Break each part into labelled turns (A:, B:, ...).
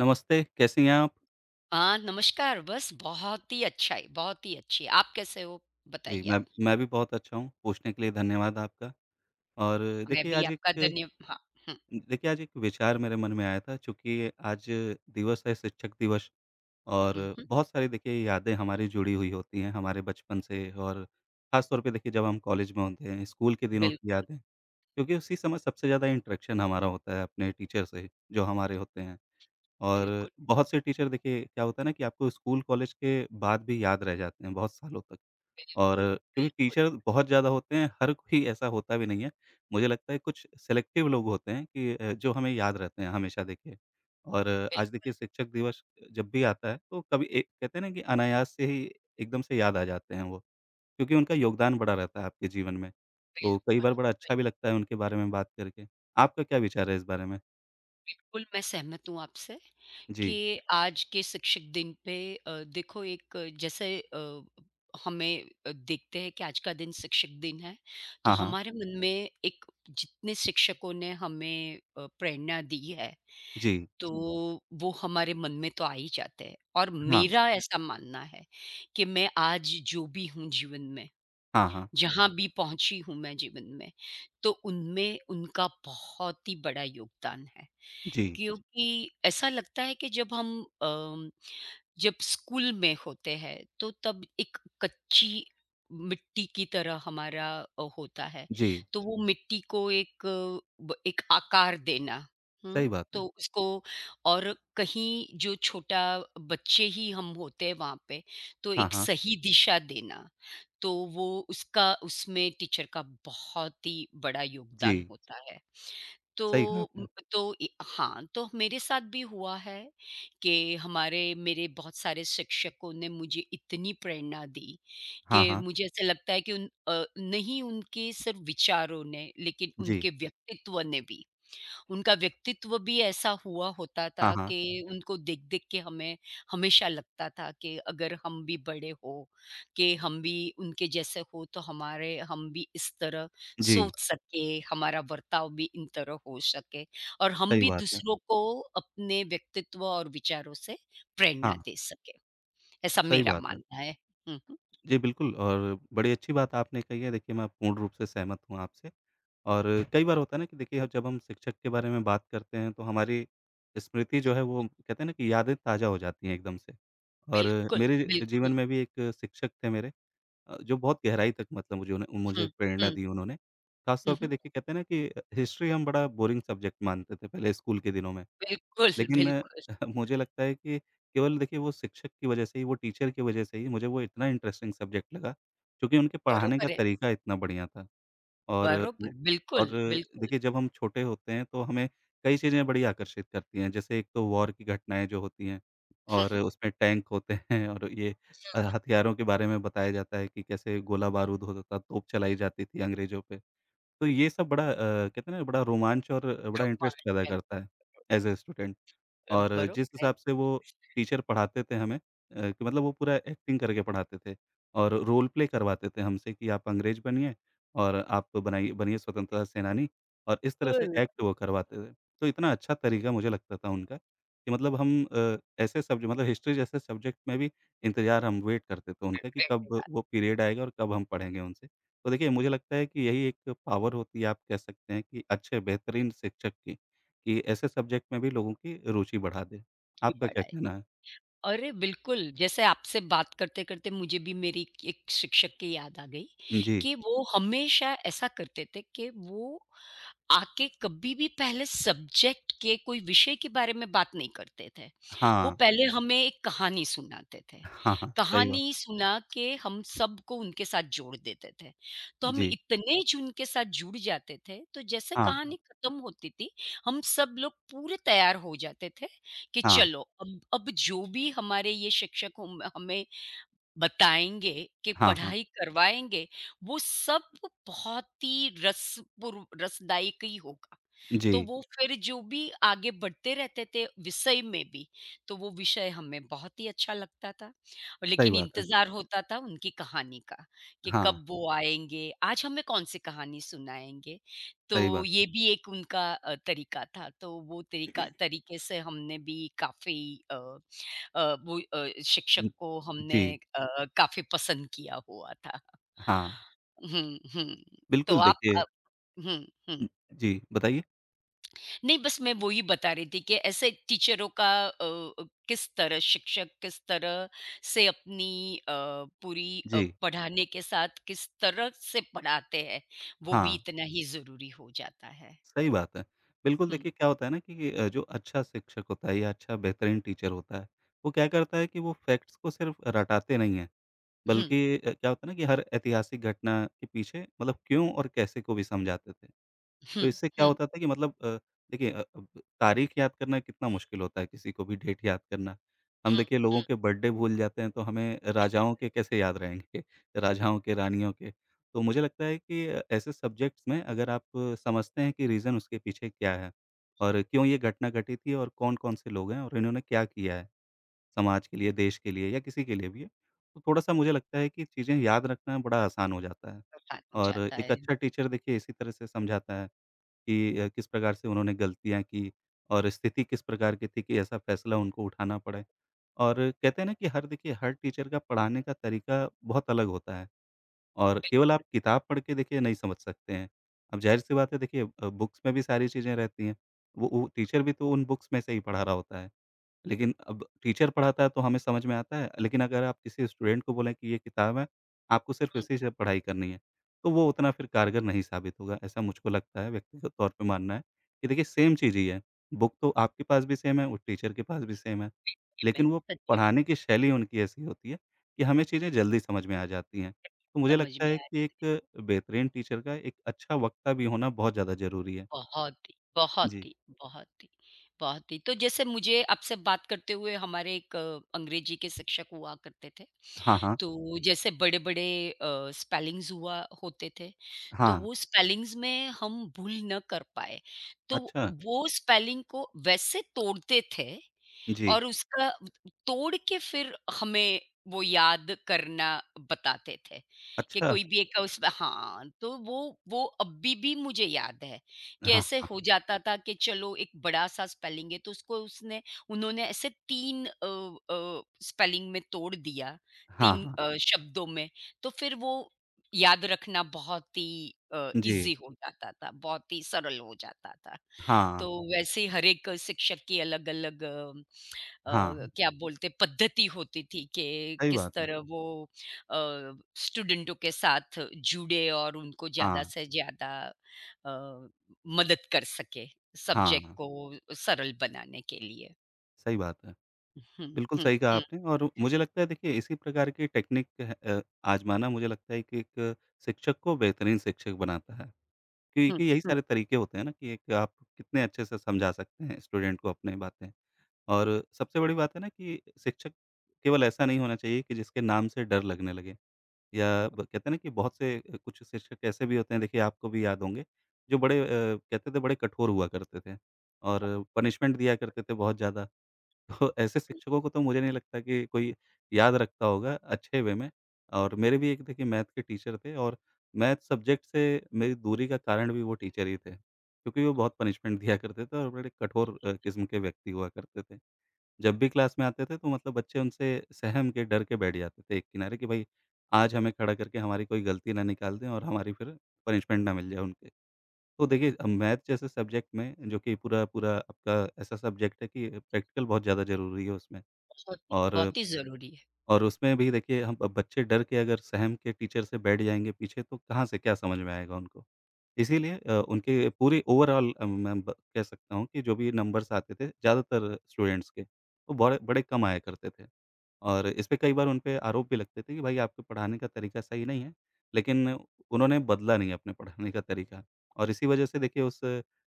A: नमस्ते, कैसी हैं आप?
B: हाँ, नमस्कार। बस बहुत ही अच्छा है, बहुत ही अच्छी है। आप कैसे हो?
A: जी,
B: बताइए
A: मैं
B: आप।
A: मैं भी बहुत अच्छा हूँ, पूछने के लिए धन्यवाद आपका। और
B: मैं
A: देखिए
B: भी
A: आज
B: आपका
A: एक
B: धन्य हाँ, हुँ,
A: देखिए आज एक विचार मेरे मन में आया था चूँकि आज दिवस है शिक्षक दिवस। और
B: हुँ, हुँ।
A: बहुत सारी देखिए यादें हमारी जुड़ी हुई होती हैं हमारे बचपन से। और ख़ास तौर पे देखिए जब हम कॉलेज में होते हैं, स्कूल के दिनों
B: बिल
A: की यादें, क्योंकि उसी समय सबसे ज़्यादा इंटरेक्शन हमारा होता है अपने टीचर से, जो हमारे होते हैं। और
B: बिल्कुल,
A: बहुत से टीचर देखिए क्या होता है ना कि आपको स्कूल कॉलेज के बाद भी याद रह जाते हैं बहुत सालों तक। और
B: बिल्कुल,
A: क्योंकि
B: बिल्कुल,
A: टीचर बहुत ज़्यादा होते हैं, हर कोई ऐसा होता भी नहीं है। मुझे लगता है कुछ सेलेक्टिव लोग होते हैं कि जो हमें याद रहते हैं हमेशा देखिए। और आज देखिए शिक्षक दिवस जब भी आता है तो कभी ए कहते हैं ना कि अनायास से ही एकदम से याद आ जाते हैं वो, क्योंकि उनका योगदान बड़ा रहता है आपके जीवन में। तो कई
B: बिल्कुल,
A: बार बड़ा अच्छा भी लगता है उनके बारे में बात करके। आपका क्या विचार है इस बारे में?
B: बिल्कुल मैं सहमत हूँ आपसे कि
A: जी।
B: आज के शिक्षक दिन पे देखो एक जैसे हमें देखते हैं कि आज का दिन शिक्षक दिन है, तो
A: हाँ, हाँ।
B: हमारे मन में एक जितने शिक्षकों ने हमें प्रेरणा दी है
A: जी।
B: तो जी। वो हमारे मन में तो आ ही जाते हैं और
A: हाँ।
B: मेरा ऐसा मानना है कि मैं आज जो भी हूँ जीवन में,
A: हाँ, हाँ।
B: जहाँ भी पहुँची हूँ मैं जीवन में, तो उनमें उनका बहुत ही बड़ा योगदान है।
A: जी,
B: क्योंकि ऐसा लगता है कि जब हम अ जब स्कूल में होते हैं तो तब एक कच्ची मिट्टी की तरह हमारा होता है।
A: जी,
B: तो वो मिट्टी को एक एक आकार देना,
A: सही बात है।
B: तो उसको और कहीं जो छोटा बच्चे ही हम होते हैं वहां पे तो
A: हाँ,
B: एक
A: हाँ।
B: सही दिशा देना, तो वो उसका उसमें टीचर का बहुत ही बड़ा
A: जी,
B: योगदान होता है। तो
A: सही कहा
B: उम,
A: आपने।
B: तो इ हाँ, तो मेरे साथ भी हुआ है कि हमारे मेरे बहुत सारे शिक्षकों ने मुझे इतनी प्रेरणा दी
A: हाँ,
B: कि
A: हाँ।
B: मुझे ऐसा लगता है कि उन अ, नहीं उनके सिर्फ़ विचारों ने, लेकिन
A: जी।
B: उनके व्यक्तित्व ने भी, उनका व्यक्तित्व भी ऐसा हुआ होता
A: हाँ,
B: था
A: हाँ।
B: कि उनको देख-देख के हमें हमेशा लगता था कि अगर हम भी बड़े हो, कि हम भी उनके जैसे हो तो हमारे हम भी इस तरह
A: जी,
B: सोच सकें, हमारा बर्ताव भी इन तरह हो सके और हम
A: सही
B: भी
A: बात है।
B: दूसरों को अपने व्यक्तित्व और विचारों से
A: हाँ,
B: प्रेरणा दे सकें, ऐसा
A: सही
B: मेरा
A: बात है।
B: मानना है। हुँ, हुँ।
A: जी, बिल्कुल। और बड़ी अच्छी बात आपने कही है। देखिए, मैं पूर्ण रूप से सहमत हूँ आपसे। और कई बार होता है ना कि देखिए, अब जब हम शिक्षक के बारे में बात करते हैं, तो हमारी स्मृति जो है, वो कहते हैं ना कि यादें ताज़ा हो जाती हैं एकदम से। और
B: बिल्कुल,
A: मेरे
B: बिल्कुल।
A: जीवन में भी एक शिक्षक थे मेरे, जो बहुत गहराई तक मतलब
B: हुँ,
A: मुझे प्रेरणा
B: हुँ,
A: दी उन्होंने। ख़ास
B: हुँ,
A: तौर पे
B: हुँ।
A: देखिए कहते हैं ना कि हिस्ट्री हम बड़ा बोरिंग सब्जेक्ट मानते थे पहले स्कूल के दिनों में।
B: बिल्कुल,
A: लेकिन
B: बिल्कुल।
A: मुझे लगता है कि केवल देखिए वो शिक्षक की वज़ह से ही, वो टीचर की वज़ह से ही मुझे वो इतना इंटरेस्टिंग सब्जेक्ट लगा, क्योंकि उनके पढ़ाने का
B: बरोबर है,
A: तरीका इतना बढ़िया था। और
B: बरोबर,
A: वो और
B: बिल्कुल, बिल्कुल।
A: देखिए जब हम छोटे होते हैं तो हमें कई चीज़ें बड़ी आकर्षित करती हैं। जैसे एक तो वॉर की घटनाएँ जो होती हैं
B: हुँ,
A: और
B: हुँ।
A: उसमें टैंक होते हैं और ये हथियारों के बारे में बताया जाता है कि कैसे गोला-बारूद होता था, तोप चलाई जाती थी अंग्रेज़ों पे। तो ये सब बड़ा कहते हैं ना बड़ा रोमांच और बड़ा
B: जो
A: इंटरेस्ट
B: पार्ट
A: पैदा
B: है
A: करता है एज़ अ स्टूडेंट। और
B: बरोबर
A: जिस
B: आहे।
A: हिसाब से वो टीचर पढ़ाते थे हमें, कि मतलब वो पूरा एक्टिंग करके पढ़ाते थे और रोल प्ले करवाते थे हमसे कि आप अंग्रेज बनिए और आप तो बनाइए बनिए स्वतंत्रता सेनानी और इस तरह से
B: बिल्कुल।
A: एक्ट वो करवाते थे। तो इतना अच्छा तरीका मुझे लगता था उनका कि मतलब हम ऐसे सब्जेक्ट मतलब हिस्ट्री जैसे सब्जेक्ट में भी इंतज़ार हम वेट करते थे उनका कि
B: वेगळी
A: कब
B: बात।
A: वो पीरियड आएगा और कब हम पढ़ेंगे उनसे। तो देखिए मुझे लगता है कि यही एक पावर होती है, आप कह सकते हैं कि अच्छे बेहतरीन शिक्षक की। कि ऐसे सब्जेक्ट में भी लोगों की रुचि बढ़ा दें।
B: की
A: आपका
B: बड़ा
A: क्या
B: है।
A: कहना है?
B: अरे! बिल्कुल, जैसे आपसे बात करते-करते मुझे भी मेरी एक शिक्षक की याद आ गई,
A: जी।
B: कि वो हमेशा ऐसा करते थे कि वो आके कभी भी पहले सब्जेक्ट के कोई विषय के बारे में बात नहीं करते थे। वो
A: हाँ।
B: पहले हमें एक कहानी सुनाते थे।
A: हाँ, हाँ, सही बात।
B: कहानी सुना के हम सबको उनके साथ जोड़ देते थे। तो हम
A: जी।
B: इतने ज उनके साथ जुड़ जाते थे, तो जैसे
A: हाँ,
B: कहानी
A: हाँ,
B: खत्म होती थी, हम सब लोग पूरे तैयार हो जाते थे कि
A: हाँ,
B: चलो अब जो भी हमारे ये शिक्षक होम हमें बताएँगे, कि
A: हाँ, हाँ।
B: पढ़ाई करवाएँगे, वो सब बहुत ही रसपूर्व रसदायक ही होगा।
A: जी,
B: तो वो फिर जो भी आगे बढ़ते रहते थे विषय में भी, तो वो विषय हमें बहुत ही अच्छा लगता था। और
A: सही
B: लेकिन
A: बात है।
B: इंतज़ार होता था उनकी कहानी का, कि
A: हाँ,
B: कब वो आएँगे, आज हमें कौन-सी कहानी सुनाएँगे।
A: सही
B: तो
A: बात है।
B: ये भी एक उनका तरीका था। तो वो तरीका तरीके से हमने भी काफ़ी अ शिक्षक
A: हुँ,
B: को हमने
A: जी,
B: काफ़ी पसंद किया हुआ था।
A: हाँ,
B: हुँ, हुँ। तो
A: बिल्कुल
B: आप
A: देखिए।
B: हुँ, हुँ।
A: हुँ, जी, बताइए?
B: नहीं बस मैं वो ही बता रही थी कि ऐसे टीचरों का किस तरह शिक्षक किस तरह से अपनी पूरी
A: जी,
B: पढ़ाने के साथ किस तरह से पढ़ाते हैं, वो भी
A: हाँ,
B: इतना ही ज़रूरी हो जाता है।
A: सही बात है। बिल्कुल
B: हुँ,
A: देखिए क्या होता है ना कि जो अच्छा शिक्षक होता है या अच्छा बेहतरीन टीचर होता है, वो क्या करता है कि वो फैक्ट्स को सिर्फ रटाते नहीं है,
B: हुँ,
A: बल्कि क्या होता है ना कि हर ऐतिहासिक घटना के पीछे मतलब क्यों और कैसे को भी समझाते थे। तो
B: हुँ,
A: इससे क्या
B: हुँ,
A: होता था कि मतलब देखिए अब तारीख याद करना कितना मुश्किल होता है, किसी को भी डेट याद करना। हम देखिए
B: हुँ।
A: लोगों के बर्थडे भूल जाते हैं तो हमें राजाओं के कैसे याद रहेंगे, राजाओं के, रानियों के। तो मुझे लगता है कि ऐसे सब्जेक्ट्स में अगर आप समझते हैं कि रीज़न उसके पीछे क्या है और क्यों ये घटना घटी थी और कौन-कौन से लोग हैं और इन्होंने क्या किया है। समाज के लिए, देश के लिए या किसी के लिए भी है, तो थोड़ा-सा मुझे लगता है कि चीज़ें याद रखना बड़ा आसान हो जाता है।
B: हो
A: और
B: जाता
A: एक
B: है।
A: अच्छा टीचर देखिए इसी तरह से समझाता है कि किस प्रकार से उन्होंने गलतियाँ की और स्थिति किस प्रकार की थी कि ऐसा फ़ैसला उनको उठाना पड़े। और कहते हैं ना कि हर टीचर का पढ़ाने का तरीका बहुत अलग होता है और केवल आप किताब पढ़ के देखिए नहीं समझ सकते हैं। अब ज़ाहिर-सी बात है देखिए, बुक्स में भी सारी चीज़ें रहती हैं, वो टीचर भी तो उन बुक्स में से ही पढ़ा रहा होता है। लेकिन अब टीचर पढ़ाता है तो हमें समझ में आता है, लेकिन अगर आप किसी स्टूडेंट को बोलें कि ये किताब है, आपको सिर्फ़
B: हुँ,
A: इसी से पढ़ाई करनी है, तो वो उतना फिर कारगर नहीं साबित होगा, ऐसा मुझको लगता है, व्यक्तिगत तौर पे मानना है कि देखिए सेम चीज़ ही है। बुक तो आपके पास भी सेम है, उस टीचर के पास भी सेम है, लेकिन वो
B: सच में
A: पढ़ाने की शैली उनकी ऐसी होती है कि हमें चीज़ें जल्दी समझ में आ जाती हैं। तो मुझे
B: समझ
A: लगता
B: में
A: है
B: आ जाती
A: कि
B: है।
A: एक बेहतरीन टीचर का एक अच्छा वक्ता भी होना बहुत ज़्यादा ज़रूरी है।
B: बहुत ही, बहुत
A: जी।
B: ही, बहुत ही, बहुत ही। तो जैसे मुझे आपसे बात करते हुए हमारे एक अंग्रेजी के शिक्षक हुआ करते थे,
A: हाँ, हाँ।
B: तो जैसे बड़े-बड़े स्पेलिंग्स हुआ होते थे, तो
A: हाँ,
B: वो स्पेलिंग्स में हम भूल न कर पाए, तो
A: अच्छा।
B: वो स्पेलिंग को वैसे तोड़ते थे
A: जी,
B: और उसका तोड़ के फिर हमें वो याद करना बताते थे कि
A: अच्छा।
B: कोई भी एक उसमें हाँ, तो वो अभी भी मुझे याद है कि ऐसे
A: हाँ।
B: हो जाता था कि चलो एक बड़ा-सा स्पेलिंग है तो उसको उसने उन्होंने ऐसे 3 स्पेलिंग में तोड़ दिया,
A: हाँ,
B: 3
A: हाँ।
B: शब्दों में, तो फिर वो याद रखना बहुत ही
A: जी।
B: ईज़ी हो जाता था, बहुत ही सरल हो जाता था।
A: हाँ,
B: तो वैसे ही हर एक शिक्षक की अलग-अलग
A: हाँ।
B: क्या बोलते पद्धति होती थी कि
A: सही
B: किस
A: बात है।
B: तरह वो अ, स्टूडेंटों के साथ जुड़े और उनको ज़्यादा
A: हाँ,
B: से ज़्यादा अ, मदद कर सके सब्जेक्ट
A: हाँ।
B: को सरल बनाने के लिए।
A: सही बात है।
B: हुँ,
A: बिल्कुल
B: हुँ,
A: सही कहा
B: हुँ,
A: आपने और मुझे लगता है देखिए इसी प्रकार की टेक्निक है, आज़माना मुझे लगता है कि एक शिक्षक को बेहतरीन शिक्षक बनाता है।
B: हुँ,
A: क्योंकि यही
B: हुँ।
A: सारे तरीके होते हैं ना कि एक आप कितने अच्छे से समझा सकते हैं स्टूडेंट को अपनी बातें। और सबसे बड़ी बात है ना कि शिक्षक केवल ऐसा नहीं होना चाहिए कि जिसके नाम से डर लगने लगे। या ब कहते हैं ना कि कुछ शिक्षक ऐसे भी होते हैं देखिए, आपको भी याद होंगे, जो बड़े कहते थे बड़े कठोर हुआ करते थे और पनिशमेंट दिया करते थे बहुत ज़्यादा। तो ऐसे शिक्षकों को तो मुझे नहीं लगता कि कोई याद रखता होगा अच्छे वे में। और मेरे भी एक देखिए मैथ के टीचर थे और मैथ सब्जेक्ट से मेरी दूरी का कारण भी वो टीचर ही थे, क्योंकि वो बहुत पनिशमेंट दिया करते थे और बड़े कठोर किस्म के व्यक्ति हुआ करते थे। जब भी क्लास में आते थे तो मतलब बच्चे उनसे सहम के डर के बैठ जाते थे एक किनारे कि भाई आज हमें खड़ा करके हमारी कोई गलती ना निकाल दें और हमारी फिर पनिशमेंट ना मिल जाए उनके। तो देखिए अब मैथ जैसे सब्जेक्ट में जो कि पूरा-पूरा आपका ऐसा सब्जेक्ट है कि प्रैक्टिकल बहुत ज़्यादा ज़रूरी है उसमें। और
B: बहुत ही ज़रूरी है।
A: और उसमें भी देखिए हम अब बच्चे डर के अगर सहम के टीचर से बैठ जाएँगे पीछे तो कहाँ से क्या समझ में आएगा उनको। इसीलिए उनके पूरे ओवरॉल, मैं ब कह सकता हूँ कि जो भी नंबर्स आते थे ज़्यादातर स्टूडेंट्स के, वो बड़े बड़े कम आया करते थे। और इस पे कई बार उन पे आरोप भी लगते थे कि भाई आपके पढ़ाने का तरीका सही नहीं है, लेकिन उन्होंने बदला नहीं अपने पढ़ाने का तरीका, और इसी वजह से देखिए उस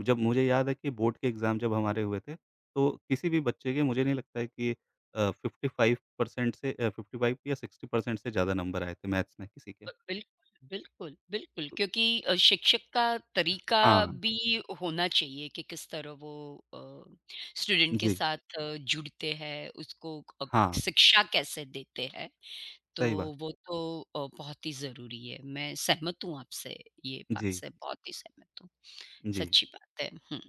A: जब मुझे याद है कि बोर्ड के एग्ज़ाम जब हमारे हुए थे, तो किसी भी बच्चे के मुझे नहीं लगता है कि 55 या 60% से ज़्यादा नंबर आए थे मैथ्स में किसी के।
B: बिल्कुल, बिल्कुल, बिल्कुल
A: तो
B: क्योंकि शिक्षक का तरीका
A: हाँ,
B: भी होना चाहिए कि किस तरह वो अ, स्टूडेंट के
A: जी,
B: साथ जुड़ते हैं, उसको
A: हाँ,
B: शिक्षा कैसे देते हैं, तो
A: सही बात।
B: वो तो बहुत ही ज़रूरी है। मैं सहमत हूँ आपसे, ये बात
A: जी,
B: से बहुत ही सहमत हूँ।
A: जी।
B: सच्ची बात है। हुँ।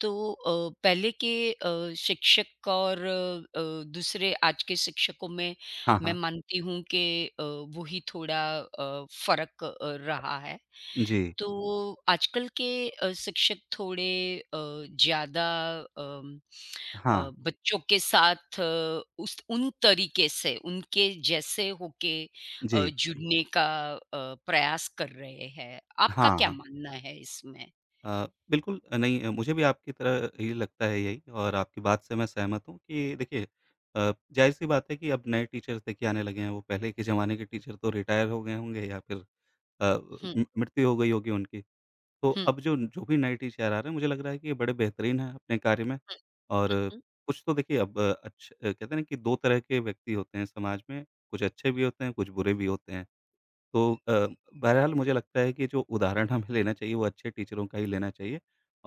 B: तो पहले के शिक्षक और दूसरे आज के शिक्षकों में
A: हाँ,
B: मैं
A: हाँ।
B: मानती हूँ कि वो ही थोड़ा फ़र्क रहा है।
A: जी,
B: तो आजकल के शिक्षक थोड़े ज़्यादा अम, अ,
A: हाँ,
B: बच्चों के साथ अ, उस उन तरीके से, उनके जैसे होके
A: जी,
B: जुड़ने का अ, प्रयास कर रहे हैं। आपका
A: हाँ,
B: क्या
A: हाँ।
B: मानना है इसमें?
A: बिल्कुल, नहीं, मुझे भी आपकी तरह ही लगता है यही, और आपकी बात से मैं सहमत हूँ कि देखिए जाहिर-सी बात है कि अब नए टीचर्स देखिए आने लगे हैं, वो पहले के ज़माने के टीचर तो रिटायर हो गए होंगे या फिर अ,
B: हुँ,
A: म मृत्यु हो गई होगी उनकी। तो
B: हुँ,
A: अब जो जो भी नए टीचर आ रहे हैं, मुझे लग रहा है कि ये बड़े बेहतरीन हैं अपने कार्य में।
B: हुँ,
A: और
B: हुँ।
A: कुछ तो देखिए अब अच्छ कहते हैं ना कि 2 तरह के व्यक्ति होते हैं समाज में, कुछ अच्छे भी होते हैं, कुछ बुरे भी होते हैं। तो बहरहाल मुझे लगता है कि जो उदाहरण हमें लेना चाहिए वो अच्छे टीचरों का ही लेना चाहिए।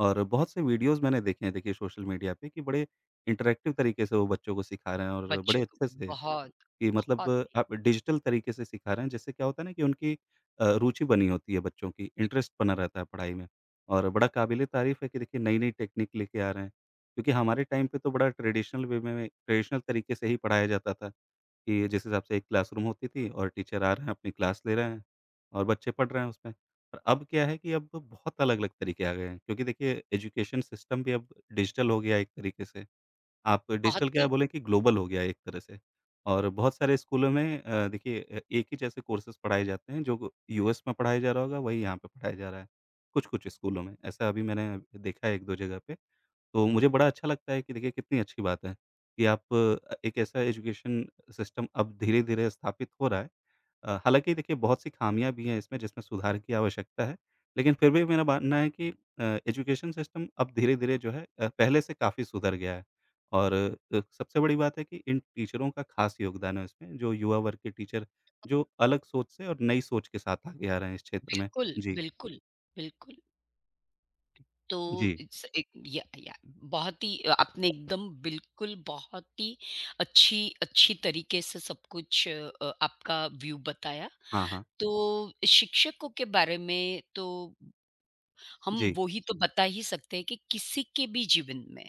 A: और बहुत से वीडियोज़ मैंने देखे हैं देखिए सोशल मीडिया पे कि बड़े इंटरैक्टिव तरीके से वो बच्चों को सिखा रहे हैं और बड़े
B: बच्चों को
A: अच्छे से,
B: बहुत,
A: कि मतलब
B: बहुत ही,
A: आप डिजिटल तरीके से सिखा रहे हैं, जिससे क्या होता है ना कि उनकी रुचि बनी होती है, बच्चों की इंटरेस्ट बना रहता है पढ़ाई में। और बड़ा काबिल तारीफ़ है कि देखिए नई नई टेक्निक लेके आ रहे हैं क्योंकि हमारे टाइम पे तो बड़ा ट्रेडिशनल वे में ट्रेडिशनल तरीके से ही पढ़ाया जाता था, कि जिस हिसाब से एक क्लासरूम होती थी और टीचर आ रहे हैं, अपनी क्लास ले रहे हैं और बच्चे पढ़ रहे हैं उसमें। और अब क्या है कि अब बहुत अलग-अलग तरीके आ गए हैं क्योंकि देखिए एजुकेशन सिस्टम भी अब डिजिटल हो गया है एक तरीके से। आप
B: बहुत
A: डिजिटल क्या
B: ही,
A: बोलें कि ग्लोबल हो गया है एक तरह से। और बहुत सारे स्कूलों में, देखिए एक ही जैसे कोर्सेज़ पढ़ाए जाते हैं, जो यूएस में पढ़ाया जा रहा होगा, वही यहाँ पे पढ़ाया जा रहा है, कुछ-कुछ स्कूलों में। ऐसा अभी मैंने देखा है 1-2 जगह पे। तो मुझे बड़ा अच्छा लगता है कि देखिए कितनी अच्छी बात है कि आप एक ऐसा एजुकेशन सिस्टम अब धीरे-धीरे स्थापित हो रहा है। हालाँकि देखिए बहुत सी खामियाँ भी हैं इसमें जिसमें सुधार की आवश्यकता है। लेकिन फिर भी मेरा मानना है कि अ, एजुकेशन सिस्टम अब धीरे-धीरे जो है, पहले से काफ़ी सुधर गया है। और सबसे बड़ी बात है कि इन टीचरों का ख़ास योगदान है उसमें, जो युवा वर्ग के टीचर जो अलग सोच से और नई सोच के साथ आगे आ रहे हैं इस क्षेत्र में।
B: बिल्कुल,
A: जी,
B: बिल्कुल, बिल्कुल। तो
A: जी।
B: इट्स एक या बहुत ही आपने एकदम बिल्कुल बहुत ही अच्छी अच्छी तरीके से सब कुछ आपका व्यू बताया।
A: हाँ, हाँ।
B: तो शिक्षकों के बारे में तो हम
A: जी।
B: वो ही तो बता ही सकते हैं कि किसी के भी जीवन में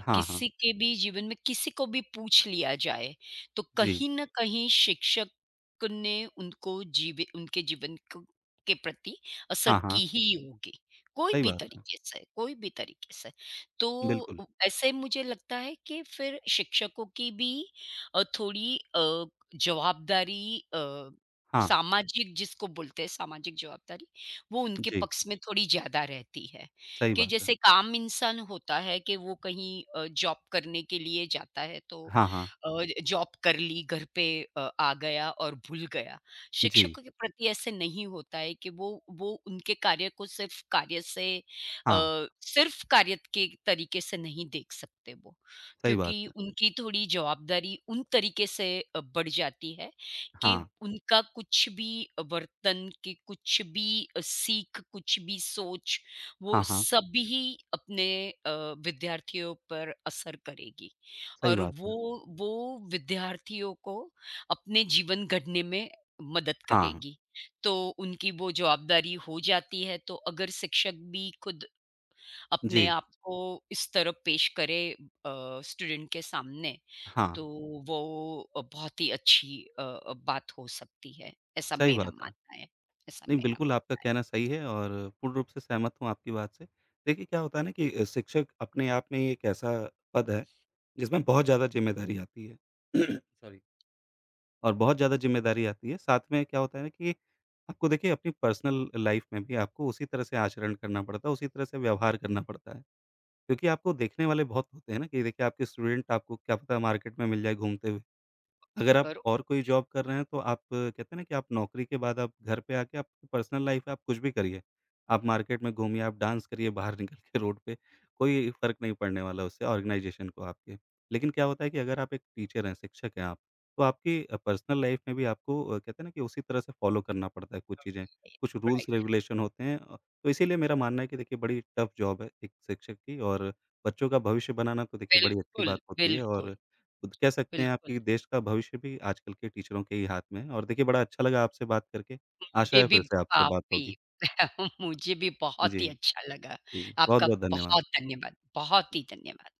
A: हाँ, हाँ।
B: किसी के भी जीवन में किसी को भी पूछ लिया जाए, तो
A: जी।
B: कहीं न कहीं शिक्षक ने उनको जीव उनके जीवन क के प्रति असर
A: हाँ, हाँ।
B: की ही होगी, कोई
A: सही
B: भी
A: बात है।
B: तरीके से कोई भी तरीके से। तो
A: बिल्कुल,
B: उ ऐसे मुझे लगता है कि फिर शिक्षकों की भी थोड़ी जवाबदारी
A: हाँ,
B: सामाजिक जिसको बोलते हैं सामाजिक जवाबदारी, वो उनके
A: जी,
B: पक्ष में थोड़ी ज़्यादा रहती है।
A: सही
B: कि
A: बात है।
B: जैसे काम इंसान होता है कि वो कहीं जॉब करने के लिए जाता है तो
A: हाँ, हाँ,
B: जॉब कर ली घर पे आ गया और भूल गया।
A: जी,
B: शिक्षकों के प्रति ऐसे नहीं होता है कि वो उनके कार्य को
A: हाँ,
B: सिर्फ कार्य के तरीके से नहीं देख सकते वो,
A: सही
B: क्योंकि
A: बात है।
B: उनकी थोड़ी जवाबदारी उन तरीके से बढ़ जाती है कि
A: हाँ,
B: उनका कुछ भी वर्तन की कुछ भी सीख, कुछ भी सोच वो
A: हाँ, हाँ,
B: सभी अपने अ, विद्यार्थियों पर असर करेगी
A: सही
B: और
A: बात है।
B: वो विद्यार्थियों को अपने जीवन गढ़ने में मदद
A: हाँ,
B: करेगी। तो उनकी वो जवाबदारी हो जाती है तो अगर शिक्षक भी खुद अपने
A: जी,
B: आप को इस तरह पेश करे स्टूडेंट के सामने
A: हाँ,
B: तो वो बहुत ही अच्छी बात हो सकती है। ऐसा
A: सही
B: मेरा
A: बात है।
B: मानना है। ऐसा
A: नहीं,
B: मेरा
A: बिल्कुल आपका
B: मानना।
A: कहना सही है और पूर्ण रूप से सहमत हूँ आपकी बात से। देखिए, क्या होता है ना कि शिक्षक अपने आप में ही एक ऐसा पद है, जिसमें बहुत ज़्यादा ज़िम्मेदारी आती है। सॉरी। और बहुत ज़्यादा ज़िम्मेदारी आती है, साथ में क्या होता है ना कि आपको देखिए अपनी पर्सनल लाइफ़ में भी आपको उसी तरह से आचरण करना पड़ता है, उसी तरह से व्यवहार करना पड़ता है। क्योंकि आपको देखने वाले बहुत होते हैं ना कि देखिए आपके स्टूडेंट आपको क्या पता मार्केट में मिल जाए घूमते हुए। अगर आप
B: और
A: और कोई जॉब कर रहे हैं तो आप कहते हैं ना कि आप नौकरी के बाद आप घर पे आके आपकी पर्सनल लाइफ है, आप कुछ भी करिए। आप मार्केट में घूमिए, आप डांस करिए बाहर निकल के रोड पे, कोई फ़र्क नहीं पड़ने वाला उससे ऑर्गनाइज़ेशन को आपके। लेकिन क्या होता है कि अगर आप एक टीचर हैं, शिक्षक हैं आप, तो आपकी पर्सनल लाइफ में भी आपको कहते हैं ना कि उसी तरह से फ़ॉलो करना पड़ता है कुछ चीज़ें, कुछ रूल्स
B: राइट
A: रेगुलेशन होते हैं, तो इसीलिए मेरा मानना है कि देखिए बड़ी टफ़ जॉब है एक शिक्षक की, और बच्चों का भविष्य बनाना तो देखिए बड़ी अच्छी
B: बिल्कुल,
A: बात होती है।
B: बिल्कुल,
A: और खुद कह सकते हैं आप
B: बिल्कुल।
A: कि देश का भविष्य भी आजकल के टीचरों के ही हाथ में है, और देखिए बड़ा अच्छा लगा आपसे बात करके। आशा
B: मुझे
A: है
B: भी
A: फिर से आपसे बात
B: काफ़ी
A: होगी।
B: मुझे भी बहुत
A: जी,
B: ही अच्छा लगा।
A: जी।
B: आपका
A: बहुत-बहुत धन्यवाद।
B: बहुत धन्यवाद, बहुत ही धन्यवाद।